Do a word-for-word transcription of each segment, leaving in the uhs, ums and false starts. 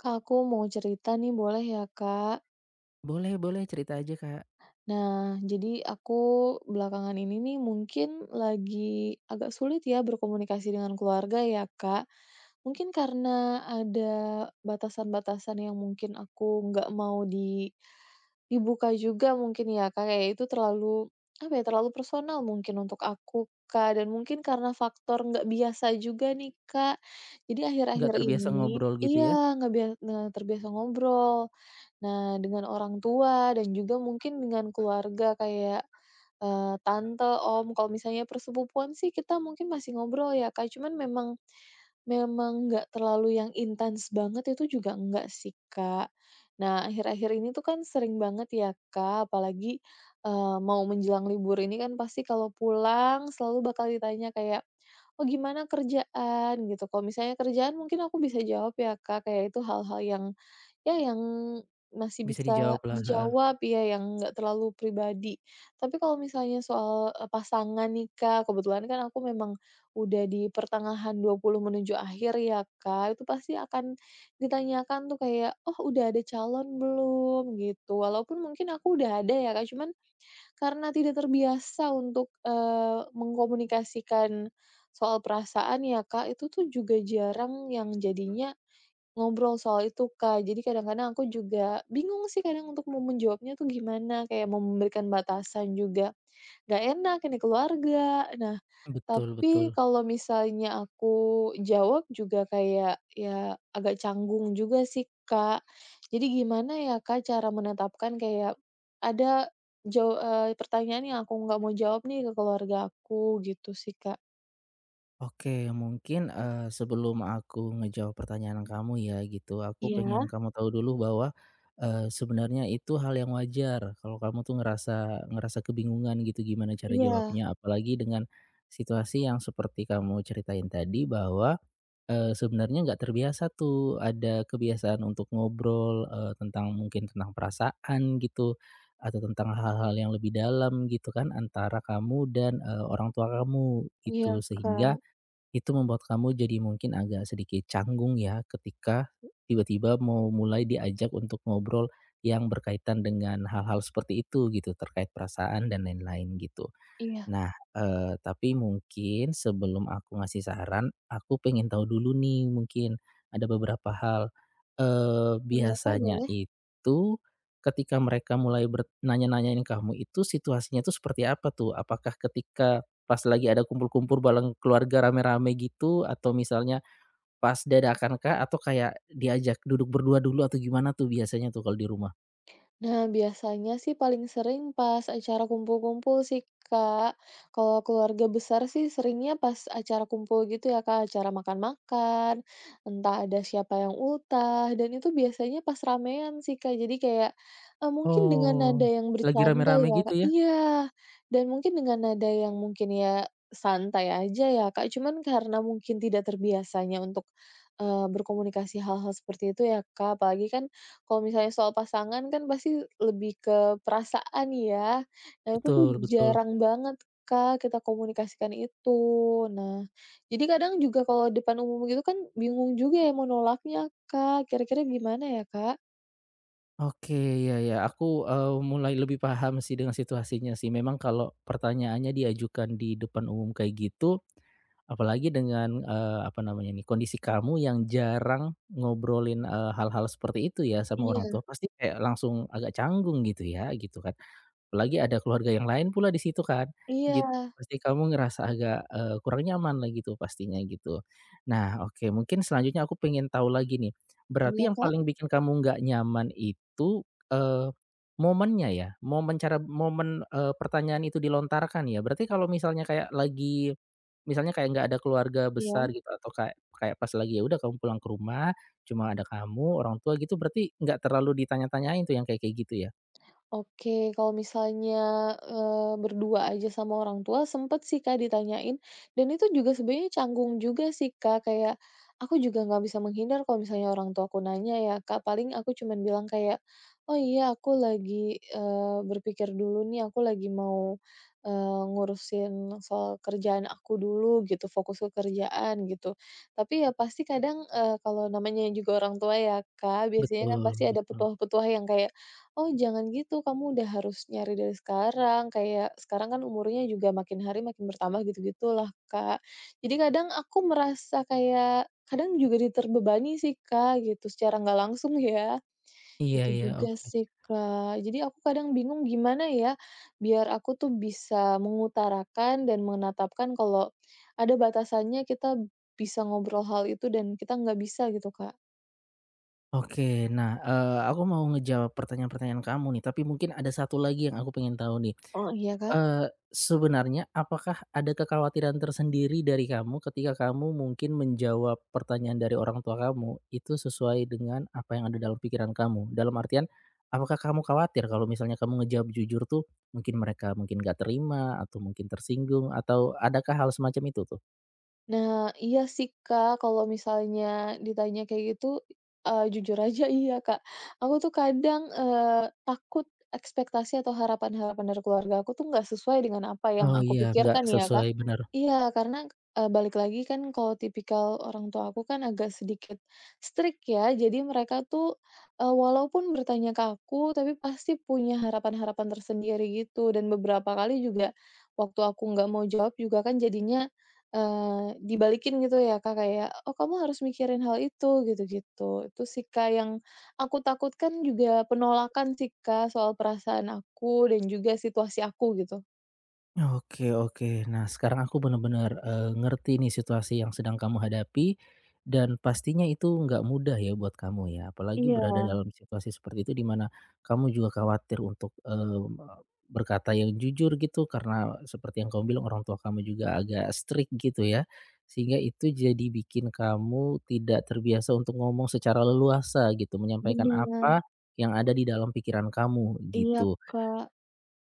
Kak, aku mau cerita nih boleh ya, Kak? Boleh boleh, cerita aja, Kak. Nah, jadi aku belakangan ini nih mungkin lagi agak sulit ya berkomunikasi dengan keluarga ya, Kak. Mungkin karena ada batasan-batasan yang mungkin aku nggak mau di dibuka juga mungkin ya, Kak. Kayak itu terlalu, apa ya, terlalu personal mungkin untuk aku, Kak. Dan mungkin karena faktor nggak biasa juga nih, Kak. Jadi Nggak akhir-akhir terbiasa ini ngobrol gitu ya, iya, nggak biasa nggak terbiasa ngobrol. Nah, dengan orang tua dan juga mungkin dengan keluarga kayak, eee, tante, om, kalau misalnya persepupuan sih kita mungkin masih ngobrol ya, Kak, cuman memang memang nggak terlalu yang intens banget itu juga enggak sih, Kak. Nah, akhir-akhir ini tuh kan sering banget ya, Kak, apalagi, eee, mau menjelang libur ini kan pasti kalau pulang selalu bakal ditanya kayak, "Oh, gimana kerjaan?" Gitu. Kalau misalnya kerjaan mungkin aku bisa jawab ya, Kak, kayak itu hal-hal yang ya yang masih bisa bisa dijawablah, heeh. dijawab, ya yang nggak terlalu pribadi. Tapi kalau misalnya soal, eee, pasangan nih, Kak, kebetulan kan aku memang udah di pertengahan dua puluh menuju akhir ya, Kak, itu pasti akan ditanyakan tuh kayak, "Oh udah ada calon belum?" Gitu. Walaupun mungkin aku udah ada ya, Kak, cuman karena tidak terbiasa untuk, eee, mengkomunikasikan soal perasaan ya, Kak, itu tuh juga jarang yang jadinya ngobrol soal itu, Kak. Jadi kadang-kadang aku juga bingung sih kadang untuk mau menjawabnya tuh gimana, kayak mau memberikan batasan juga gak enak, ini keluarga. Nah, Betul tapi betul. kalau misalnya aku jawab juga kayak ya agak canggung juga sih, Kak. Jadi gimana ya, Kak, cara menetapkan kayak ada jaw pertanyaan yang aku nggak mau jawab nih ke keluarga aku gitu sih, Kak. Oke, mungkin, eee, sebelum aku ngejawab pertanyaan kamu ya gitu, aku Iya, pengen kamu tahu dulu bahwa, eee, sebenarnya itu hal yang wajar kalau kamu tuh ngerasa ngerasa kebingungan gitu gimana cara iya, jawabnya, apalagi dengan situasi yang seperti kamu ceritain tadi bahwa Eee, sebenarnya nggak terbiasa tuh, ada kebiasaan untuk ngobrol, eee, tentang mungkin tentang perasaan gitu, atau tentang hal-hal yang lebih dalam gitu kan antara kamu dan, eee, orang tua kamu iya, gitu. Sehingga Kak. itu membuat kamu jadi mungkin agak sedikit canggung ya ketika tiba-tiba mau mulai diajak untuk ngobrol yang berkaitan dengan hal-hal seperti itu gitu, terkait perasaan dan lain-lain gitu. Iya, Nah, eee, tapi mungkin sebelum aku ngasih saran, aku pengen tahu dulu nih mungkin ada beberapa hal. Eee, iya, Kak, Biasanya boleh. itu ketika mereka mulai ber nanya-nanyain kamu itu situasinya tuh seperti apa tuh? Apakah ketika pas lagi ada kumpul-kumpul bareng keluarga rame-rame gitu atau misalnya pas dadakan kah? Atau kayak diajak duduk berdua dulu atau gimana tuh biasanya tuh kalau di rumah? Nah, biasanya sih paling sering pas acara kumpul-kumpul sih, Kak. Kalau keluarga besar sih seringnya pas acara kumpul gitu ya, Kak, acara makan-makan, entah ada siapa yang ultah, dan itu biasanya pas ramean sih, Kak. Jadi kayak, eee, mungkin dengan nada Oh, yang lagi bercanda rame-rame ya, gitu Kak, ya? iya, dan mungkin dengan nada yang mungkin ya santai aja ya, Kak, cuman karena mungkin tidak terbiasanya untuk, eee, berkomunikasi hal-hal seperti itu ya, Kak, apalagi kan kalau misalnya soal pasangan kan pasti lebih ke perasaan ya. Nah, itu tuh Betul betul. jarang banget, Kak, kita komunikasikan itu. Nah, jadi kadang juga kalau depan umum gitu kan bingung juga ya mau nolaknya, Kak. Kira-kira gimana ya, Kak? Oke, ya ya, aku, eee, mulai lebih paham sih dengan situasinya sih. Memang kalau pertanyaannya diajukan di depan umum kayak gitu, apalagi dengan, eee, apa namanya nih, kondisi kamu yang jarang ngobrolin, eee, hal-hal seperti itu ya sama orang Iya. tua, pasti kayak langsung agak canggung gitu ya, gitu kan. Apalagi ada keluarga yang lain pula di situ kan, gitu. Iya. Pasti kamu ngerasa agak, eee, kurang nyaman lah gitu pastinya gitu. Nah oke, mungkin selanjutnya aku pengen tahu lagi nih, Iya, berarti yang Kak? paling bikin kamu nggak nyaman itu, eee, momennya ya? Momen cara momen, eee, pertanyaan itu dilontarkan ya? Berarti kalau misalnya kayak lagi misalnya kayak nggak ada keluarga Iya. besar gitu atau kayak kayak pas lagi ya udah kamu pulang ke rumah, cuma ada kamu, orang tua gitu berarti nggak terlalu ditanya-tanyain tuh yang kayak kayak gitu ya? Oke, kalau misalnya, eee, berdua aja sama orang tua sempet sih, Kak, ditanyain, dan itu juga sebenarnya canggung juga sih, Kak, kayak aku juga nggak bisa menghindar kalau misalnya orang tua aku nanya ya, Kak, paling aku cuman bilang kayak, "Oh iya, aku lagi, eee, berpikir dulu nih, aku lagi mau, eee, ngurusin soal kerjaan aku dulu," gitu, fokus ke kerjaan gitu. Tapi ya pasti kadang, eee, kalau namanya juga orang tua ya, Kak, biasanya kan Betul pasti ada betul. petuah-petuah yang kayak, "Oh jangan gitu, kamu udah harus nyari dari sekarang," kayak sekarang kan umurnya juga makin hari makin bertambah gitu-gitulah, Kak. Jadi kadang aku merasa kayak, kadang juga diterbebani sih, Kak, gitu secara nggak langsung ya. Iya Itu iya, juga oke. sih, Kak. Jadi aku kadang bingung gimana ya biar aku tuh bisa mengutarakan dan menetapkan kalau ada batasannya kita bisa ngobrol hal itu dan kita nggak bisa gitu, Kak. Oke, nah, eee, aku mau ngejawab pertanyaan-pertanyaan kamu nih, tapi mungkin ada satu lagi yang aku pengen tahu nih. Oh, iya, Kak? Eee, sebenarnya apakah ada kekhawatiran tersendiri dari kamu ketika kamu mungkin menjawab pertanyaan dari orang tua kamu, itu sesuai dengan apa yang ada dalam pikiran kamu? Dalam artian, apakah kamu khawatir kalau misalnya kamu ngejawab jujur tuh, mungkin mereka mungkin gak terima, atau mungkin tersinggung, atau adakah hal semacam itu tuh? Nah, iya sih, Kak, kalau misalnya ditanya kayak gitu, eee, jujur aja iya, Kak. Aku tuh kadang, eee, takut ekspektasi atau harapan-harapan dari keluarga aku tuh nggak sesuai dengan apa yang Oh aku iya, nggak pikirkan ya, Kak. sesuai benar. Iya, karena, eee, balik lagi kan kalau tipikal orang tua aku kan agak sedikit strict ya, jadi mereka tuh, eee, walaupun bertanya ke aku, tapi pasti punya harapan-harapan tersendiri gitu, dan beberapa kali juga waktu aku nggak mau jawab juga kan jadinya Eee, dibalikin gitu ya, Kak, kayak, "Oh, kamu harus mikirin hal itu," gitu-gitu. Itu sih, Kak, yang aku takutkan juga penolakan sih, Kak, soal perasaan aku dan juga situasi aku gitu. Oke oke. Nah, sekarang aku benar-benar eee, ngerti nih situasi yang sedang kamu hadapi, dan pastinya itu nggak mudah ya buat kamu ya. Apalagi Iya, berada dalam situasi seperti itu di mana kamu juga khawatir untuk, mmm, berkata yang jujur gitu karena seperti yang kamu bilang orang tua kamu juga agak strict gitu ya. Sehingga itu jadi bikin kamu tidak terbiasa untuk ngomong secara leluasa gitu, menyampaikan bener. apa yang ada di dalam pikiran kamu Iya, gitu. Kak.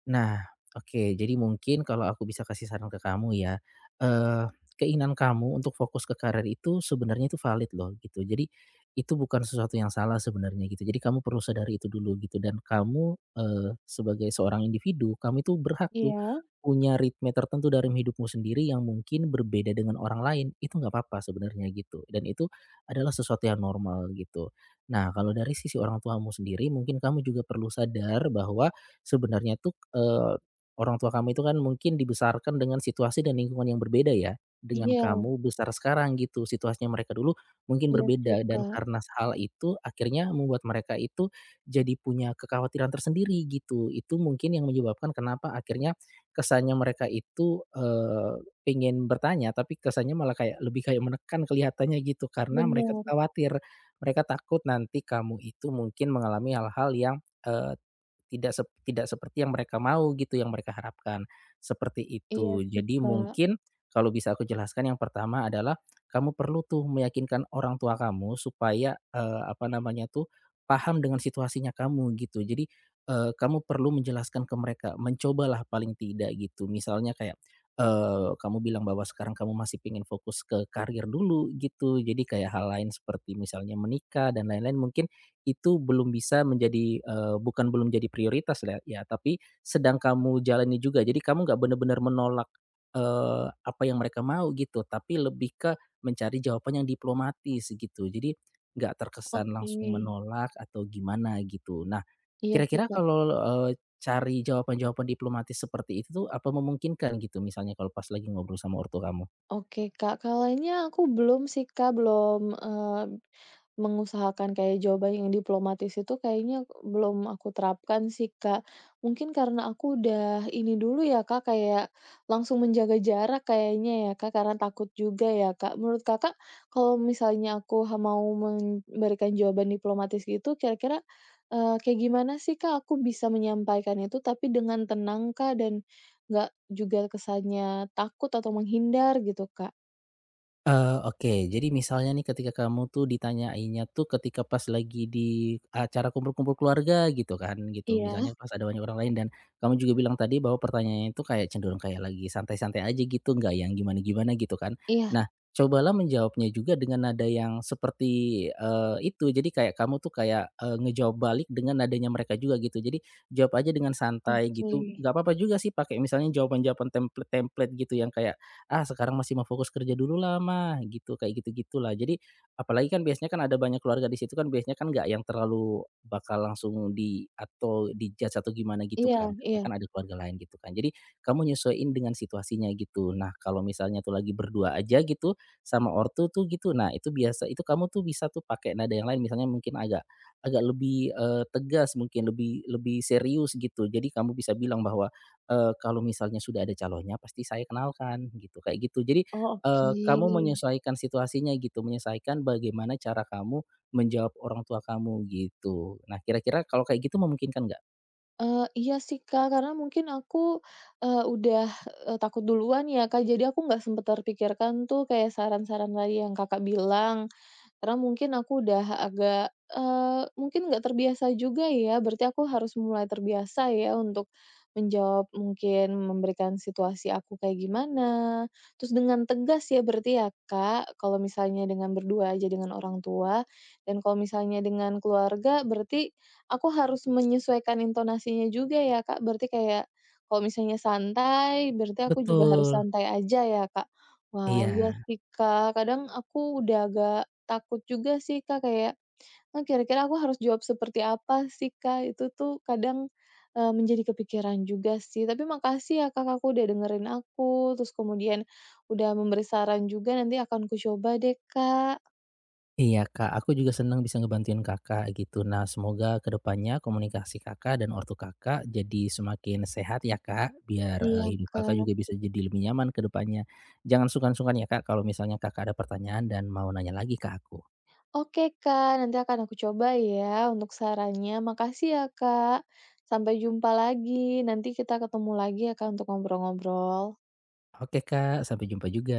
Nah, oke. Jadi mungkin kalau aku bisa kasih saran ke kamu ya, eee, keinginan kamu untuk fokus ke karir itu sebenarnya itu valid loh gitu. Jadi itu bukan sesuatu yang salah sebenarnya gitu. Jadi kamu perlu sadari itu dulu gitu dan kamu, eee, sebagai seorang individu, kamu itu berhak tuh Iya. punya ritme tertentu dalam hidupmu sendiri yang mungkin berbeda dengan orang lain, itu nggak apa-apa sebenarnya gitu dan itu adalah sesuatu yang normal gitu. Nah, kalau dari sisi orang tuamu sendiri mungkin kamu juga perlu sadar bahwa sebenarnya tuh, eee, orang tua kamu itu kan mungkin dibesarkan dengan situasi dan lingkungan yang berbeda ya, dengan Iya, kamu besar sekarang gitu, situasinya mereka dulu mungkin iya sih, berbeda dan Kak. karena hal itu akhirnya membuat mereka itu jadi punya kekhawatiran tersendiri gitu. Itu mungkin yang menyebabkan kenapa akhirnya kesannya mereka itu, eee, pengen bertanya tapi kesannya malah kayak lebih kayak menekan kelihatannya gitu karena mereka tuh Bener. khawatir, mereka takut nanti kamu itu mungkin mengalami hal-hal yang, tidak sep tidak seperti yang mereka mau gitu, yang mereka harapkan, seperti Iya itu. sih, Jadi Kak. mungkin kalau bisa aku jelaskan yang pertama adalah kamu perlu tuh meyakinkan orang tua kamu supaya, eee, apa namanya tuh, paham dengan situasinya kamu gitu. Jadi, eee, kamu perlu menjelaskan ke mereka, mencobalah paling tidak gitu. Misalnya kayak, eee, kamu bilang bahwa sekarang kamu masih pengen fokus ke karir dulu gitu, jadi kayak hal lain seperti misalnya menikah dan lain-lain mungkin itu belum bisa menjadi, eee, bukan belum jadi prioritas lah ya, tapi sedang kamu jalani juga. Jadi kamu nggak benar-benar menolak, eee, apa yang mereka mau gitu, tapi lebih ke mencari jawaban yang diplomatis gitu. Jadi nggak terkesan Oke. langsung menolak atau gimana gitu. Nah, Iya sih, kira-kira Kak. kalau, eee, cari jawaban-jawaban diplomatis seperti itu tuh apa memungkinkan gitu misalnya kalau pas lagi ngobrol sama ortu kamu? Oke, Kak. Kalau ini aku belum sih, Kak, belum, eee, mengusahakan kayak jawaban yang diplomatis itu kayaknya belum aku terapkan sih, Kak. Mungkin karena aku udah ini dulu ya, Kak, kayak langsung menjaga jarak kayaknya ya, Kak, karena takut juga ya, Kak. Menurut Kakak, kalau misalnya aku ha mau memberikan jawaban diplomatis gitu kira-kira, eee, kayak gimana sih, Kak, aku bisa menyampaikan itu tapi dengan tenang, Kak, dan nggak juga kesannya takut atau menghindar gitu, Kak. Eee, oke. Jadi misalnya nih ketika kamu tuh ditanyainnya tuh ketika pas lagi di acara kumpul-kumpul keluarga gitu kan, gitu. Iya, Misalnya pas ada banyak orang lain dan kamu juga bilang tadi bahwa pertanyaannya itu kayak cenderung kayak lagi santai-santai aja gitu, nggak yang gimana-gimana gitu kan. iya, Nah, cobalah menjawabnya juga dengan nada yang seperti, eee, itu. Jadi kayak kamu tuh kayak, eee, ngejawab balik dengan nadanya mereka juga gitu. Jadi jawab aja dengan santai oke. gitu, nggak apa-apa juga sih pakai misalnya jawaban-jawaban template-template gitu yang kayak "Ah, sekarang masih mau fokus kerja dulu lah, Mah," gitu, kayak gitu-gitulah. Jadi apalagi kan biasanya kan ada banyak keluarga di situ kan biasanya kan nggak yang terlalu bakal langsung di atau di atau gimana gitu Iya, kan, karena iya. kan ada keluarga lain gitu kan. Jadi kamu nyesuaiin dengan situasinya gitu. Nah, kalau misalnya tuh lagi berdua aja gitu sama ortu tuh gitu, nah itu biasa itu kamu tuh bisa tuh pakai nada yang lain misalnya mungkin agak agak lebih, eee, tegas mungkin, lebih lebih serius gitu. Jadi kamu bisa bilang bahwa eee, kalau misalnya sudah ada calonnya pasti saya kenalkan gitu, kayak gitu. Jadi, Oh, eee, kamu oke. menyesuaikan situasinya gitu, menyesuaikan bagaimana cara kamu menjawab orang tua kamu gitu. Nah kira-kira kalau kayak gitu memungkinkan nggak? Eee, iya sih, Kak, karena mungkin aku, eee, udah, eee, takut duluan ya, Kak, jadi aku nggak sempet terpikirkan tuh kayak saran-saran tadi yang Kakak bilang. Karena mungkin aku udah agak, eee, mungkin nggak terbiasa juga ya, berarti aku harus mulai terbiasa ya untuk menjawab mungkin memberikan situasi aku kayak gimana, terus dengan tegas ya berarti ya, Kak, kalau misalnya dengan berdua aja dengan orang tua, dan kalau misalnya dengan keluarga berarti aku harus menyesuaikan intonasinya juga ya, Kak, berarti kayak kalau misalnya santai, berarti aku juga harus Betul, santai aja ya, Kak? Wah, iya iya. sih, Kak, kadang aku udah agak takut juga sih, Kak, kayak, "Ah, kira-kira aku harus jawab seperti apa sih, Kak?" Itu tuh kadang, eee, menjadi kepikiran juga sih. Tapi makasih ya, Kak, aku udah dengerin aku, terus kemudian udah memberi saran juga, nanti akan ku coba deh, Kak. Iya Kak, aku juga senang bisa ngebantuin Kakak gitu. Nah semoga kedepannya komunikasi Kakak dan ortu Kakak jadi semakin sehat ya Kak, biar, eee, Iya, hidup Kakak juga Kak. bisa jadi lebih nyaman kedepannya. Jangan sungkan-sungkan ya Kak, kalau misalnya Kakak ada pertanyaan dan mau nanya lagi ke aku. Oke, Kak, nanti akan aku coba ya untuk sarannya. Makasih ya, Kak. Sampai jumpa lagi, nanti kita ketemu lagi ya, Kak, untuk ngobrol-ngobrol. Oke Kak, sampai jumpa juga.